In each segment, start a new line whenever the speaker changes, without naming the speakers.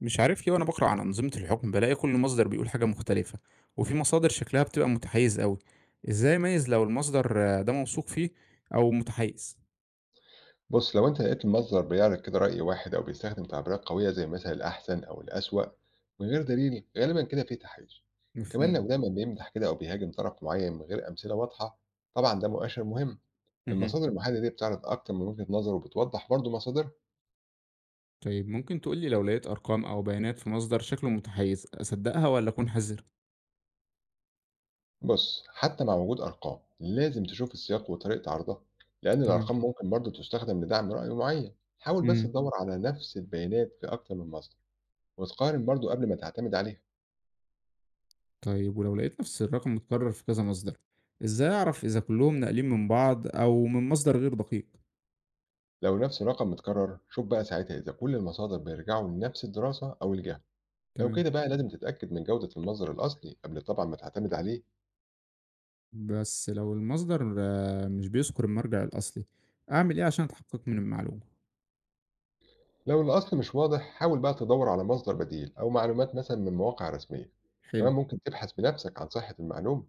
مش عارف ليه وانا بقرا عن انظمه الحكم بلاقي كل مصدر بيقول حاجه مختلفه. وفي مصادر شكلها بتبقى متحيز قوي. ازاي اميز لو المصدر ده موثوق فيه او متحيز؟
بُص، لو أنت لقيت المصدر بيعرض كده رأي واحد أو بيستخدم تعبيرات قوية زي مثلًا الأحسن أو الأسوأ من غير دليل، غالبًا كده في تحيز. كمان
مفهوم.
لو دايمًا بيمدح كده أو بيهاجم طرف معين من غير أمثلة واضحة، طبعًا ده مؤشر مهم.
مهم.
المصادر المحايدة دي بتعرض أكتر من وجهة نظر وبتوضح برضه مصادرها.
طيب ممكن تقولي لو لقيت ارقام او بيانات في مصدر شكله متحيز اصدقها ولا اكون حذر؟
بُص، حتى مع وجود أرقام، لازم تشوف السياق وطريقة عرضها، لأن
تمام.
الأرقام ممكن برضه تستخدم لدعم رأي معين. حاول بس
مم.
تدور على نفس البيانات في أكتر من مصدر، وتقارن برضه قبل ما تعتمد عليها.
طيب ولو لقيت نفس الرقم متكرر في كذا مصدر ازاي اعرف اذا كلهم ناقلين من بعض او من مصدر غير دقيق؟
لو نفس الرقم متكرر، شوف بقى ساعتها إذا كل المصادر بيرجعوا لنفس الدراسة أو الجهة. لو
تمام.
كده بقى لازم تتأكد من جودة المصدر الأصلي قبل طبعا ما تعتمد عليه.
بس لو المصدر مش بيذكر المرجع الاصلي اعمل ايه عشان اتحقق من المعلومه؟
لو الأصل مش واضح، حاول بقى تدور على مصدر بديل أو معلومات مثلا من مواقع رسمية. كمان
حلو.
ممكن تبحث بنفسك عن صحة المعلومة،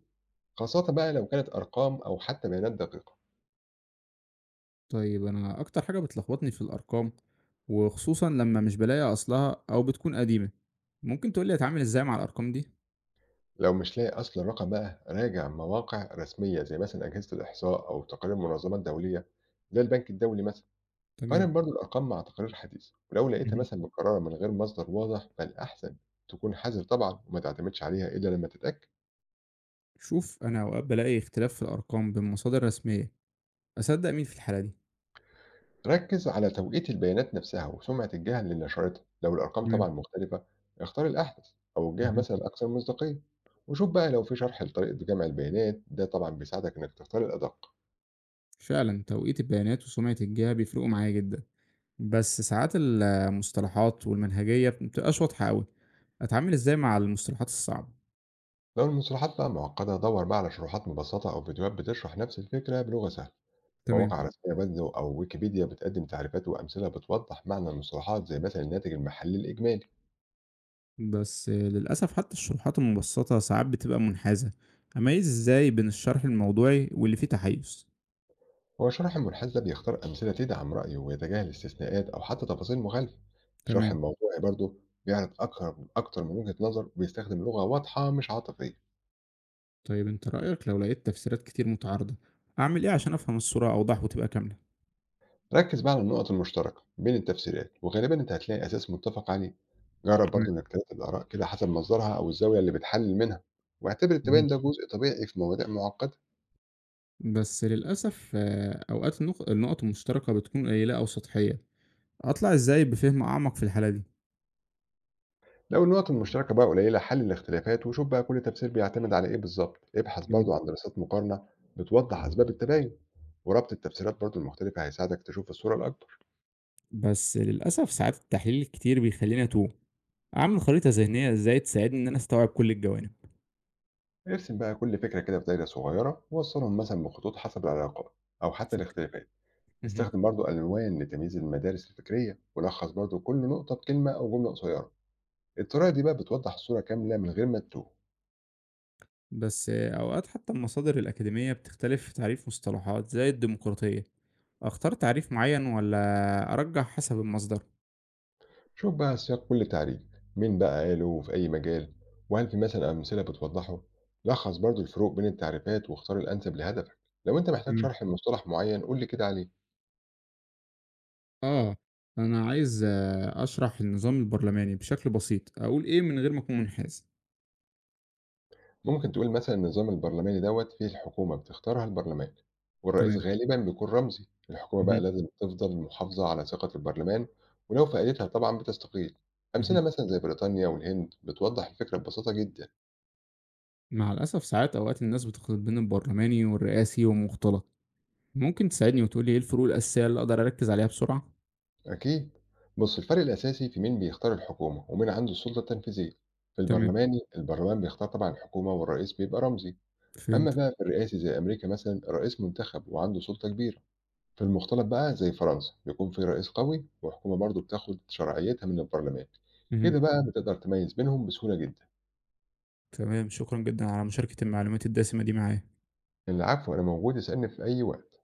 خاصة بقى لو كانت أرقام أو حتى بيانات دقيقة.
طيب أنا أكتر حاجة بتلخبطني في الأرقام، وخصوصًا لمّا مش بالاقي أصلها أو بتكون قديمة. ممكن تقول لي أتعامل إزاي مع الأرقام دي؟
لو مش لاقي أصل الرقم، بقى راجع مواقع رسمية زي مثلا أجهزة الإحصاء أو تقارير منظمات دولية زي البنك الدولي مثلا.
تمام.
قارن برضو الأرقام مع تقارير حديثة، ولو لقيتها
اهم.
مثلا مكررة من غير مصدر واضح، فالأحسن تكون حذر طبعا وما تعتمدش عليها إلا لما تتأكد.
شوف أنا أوقات بالاقي اختلاف في الأرقام بين مصادر رسمية، أصدق مين في الحالة دي؟
ركز على توقيت البيانات نفسها وسمعة الجهة اللي نشرتها. لو الأرقام طبعا
تمام.
مختلفة، اختار الأحدث أو الجهة
اهم.
مثلا الأكثر مصداقية. وشوف بقى لو في شرح لطريقة جمع البيانات، ده طبعا بيساعدك إنك تختار الأدق.
فعلًا توقيت البيانات وسمعة الجهة بيفرقوا معايا جدًا، بس ساعات المصطلحات والمنهجية ما بتبقاش واضحة أوي. أتعامل إزاي مع المصطلحات الصعبة؟
لو المصطلحات بقى معقدة، دور بقى على شروحات مبسطة أو فيديوهات بتشرح نفس الفكرة بلغة سهلة.
تمام.
مواقع رسمية برضه أو ويكيبيديا بتقدم تعريفات وأمثلة بتوضح معنى المصطلحات زي مثلا الناتج المحلي الإجمالي.
بس للأسف حتى الشروحات المبسطة ساعات بتبقى منحازة، أميز إزاي بين الشرح الموضوعي واللي فيه تحيز؟
هو الشرح المنحاز ده بيختار أمثلة تدعم رأيه ويتجاهل استثناءات أو حتى تفاصيل مخالفة. الشرح
تمام.
الموضوعي برضه بيعرض أكتر من وجهة نظر وبيستخدم لغة واضحة مش عاطفية.
طيب انت رأيك لو لقيت تفسيرات كتير متعارضة، أعمل إيه عشان أفهم الصورة أوضح وتبقى كاملة؟
ركز بقى على النقط المشتركة بين التفسيرات، وغالبا أنت هتلاقي أساس متفق عليه. جرب
تمام.
برضه إنك ترتب الآراء كده حسب مصدرها أو الزاوية اللي بتحلل منها، واعتبر
مهم.
التباين ده جزء طبيعي في مواضيع معقدة.
بس للأسف أوقات النقط المشتركة بتكون قليلة أو سطحية، أطلع إزاي بفهم أعمق في الحالة دي؟
لو النقط المشتركة بقى قليلة، حل الاختلافات وشوف بقى كل تفسير بيعتمد على إيه بالظبط. ابحث
جميل.
برضو عن دراسات مقارنة بتوضح أسباب التباين، وربط التفسيرات برضو المختلفة هيساعدك تشوف الصورة الأكبر.
بس للأسف ساعات التحليل الكتير بيخليني أتوه، أعمل خريطة ذهنية إزاي تساعدني إن أنا أستوعب كل الجوانب؟
ارسم بقى كل فكرة كده في دايرة صغيرة ووصلهم مثلا بخطوط حسب العلاقات أو حتى
فكرة.
الاختلافات.
مهم.
استخدم برضو ألوان لتمييز المدارس الفكرية، ولخص برضو كل نقطة بكلمة أو جملة قصيرة. الطريقة دي بقى بتوضح الصورة كاملة من غير ما تتوه.
بس أوقات حتى المصادر الأكاديمية بتختلف في تعريف مصطلحات زي الديمقراطية، أختار تعريف معين ولا أرجح حسب المصدر؟
شوف بقى سياق كل تعريف، مين بقى قاله وفي أي مجال، وهل في مثلا أمثلة بتوضحه. لخص برضو الفروق بين التعريفات واختار الأنسب لهدفك. لو أنت محتاج
تمام.
شرح لمصطلح معين، قول لي كده عليه.
آه. أنا عايز أشرح النظام البرلماني بشكل بسيط، أقول إيه من غير ما أكون منحاز؟
ممكن تقول مثلا النظام البرلماني دوت فيه الحكومة بتختارها البرلمان، والرئيس
تمام.
غالبا بيكون رمزي. الحكومة بقى
مهم.
لازم تفضل محافظة على ثقة البرلمان، ولو فقدتها طبعا بتستقيل.
مهم.
أمثلة مثلا زي بريطانيا والهند بتوضح الفكرة ببساطة جدا.
مع الأسف ساعات أوقات الناس بتخلط بين البرلماني والرئاسي ومختلط، ممكن تساعدني وتقولي إيه الفروق الأساسية اللي أقدر أركز عليها بسرعة؟
أكيد. بص، الفرق الأساسي في مين بيختار الحكومة ومين عنده السلطة التنفيذية. في
تمام.
البرلماني البرلمان بيختار طبعا الحكومة والرئيس بيبقى رمزي. أما
فهمت.
بقى في الرئاسي زي أمريكا مثلا، الرئيس منتخب وعنده سلطة كبيرة. في المختلط بقى زي فرنسا، بيكون في رئيس قوي وحكومة برضه بتاخد شرعيتها من البرلمان.
مهم.
كده بقى بتقدر تميز بينهم بسهولة جدا.
تمام، شكرا جدا على مشاركة المعلومات الدسمة دي معايا.
العفو، أنا موجود، اسألني في أي وقت.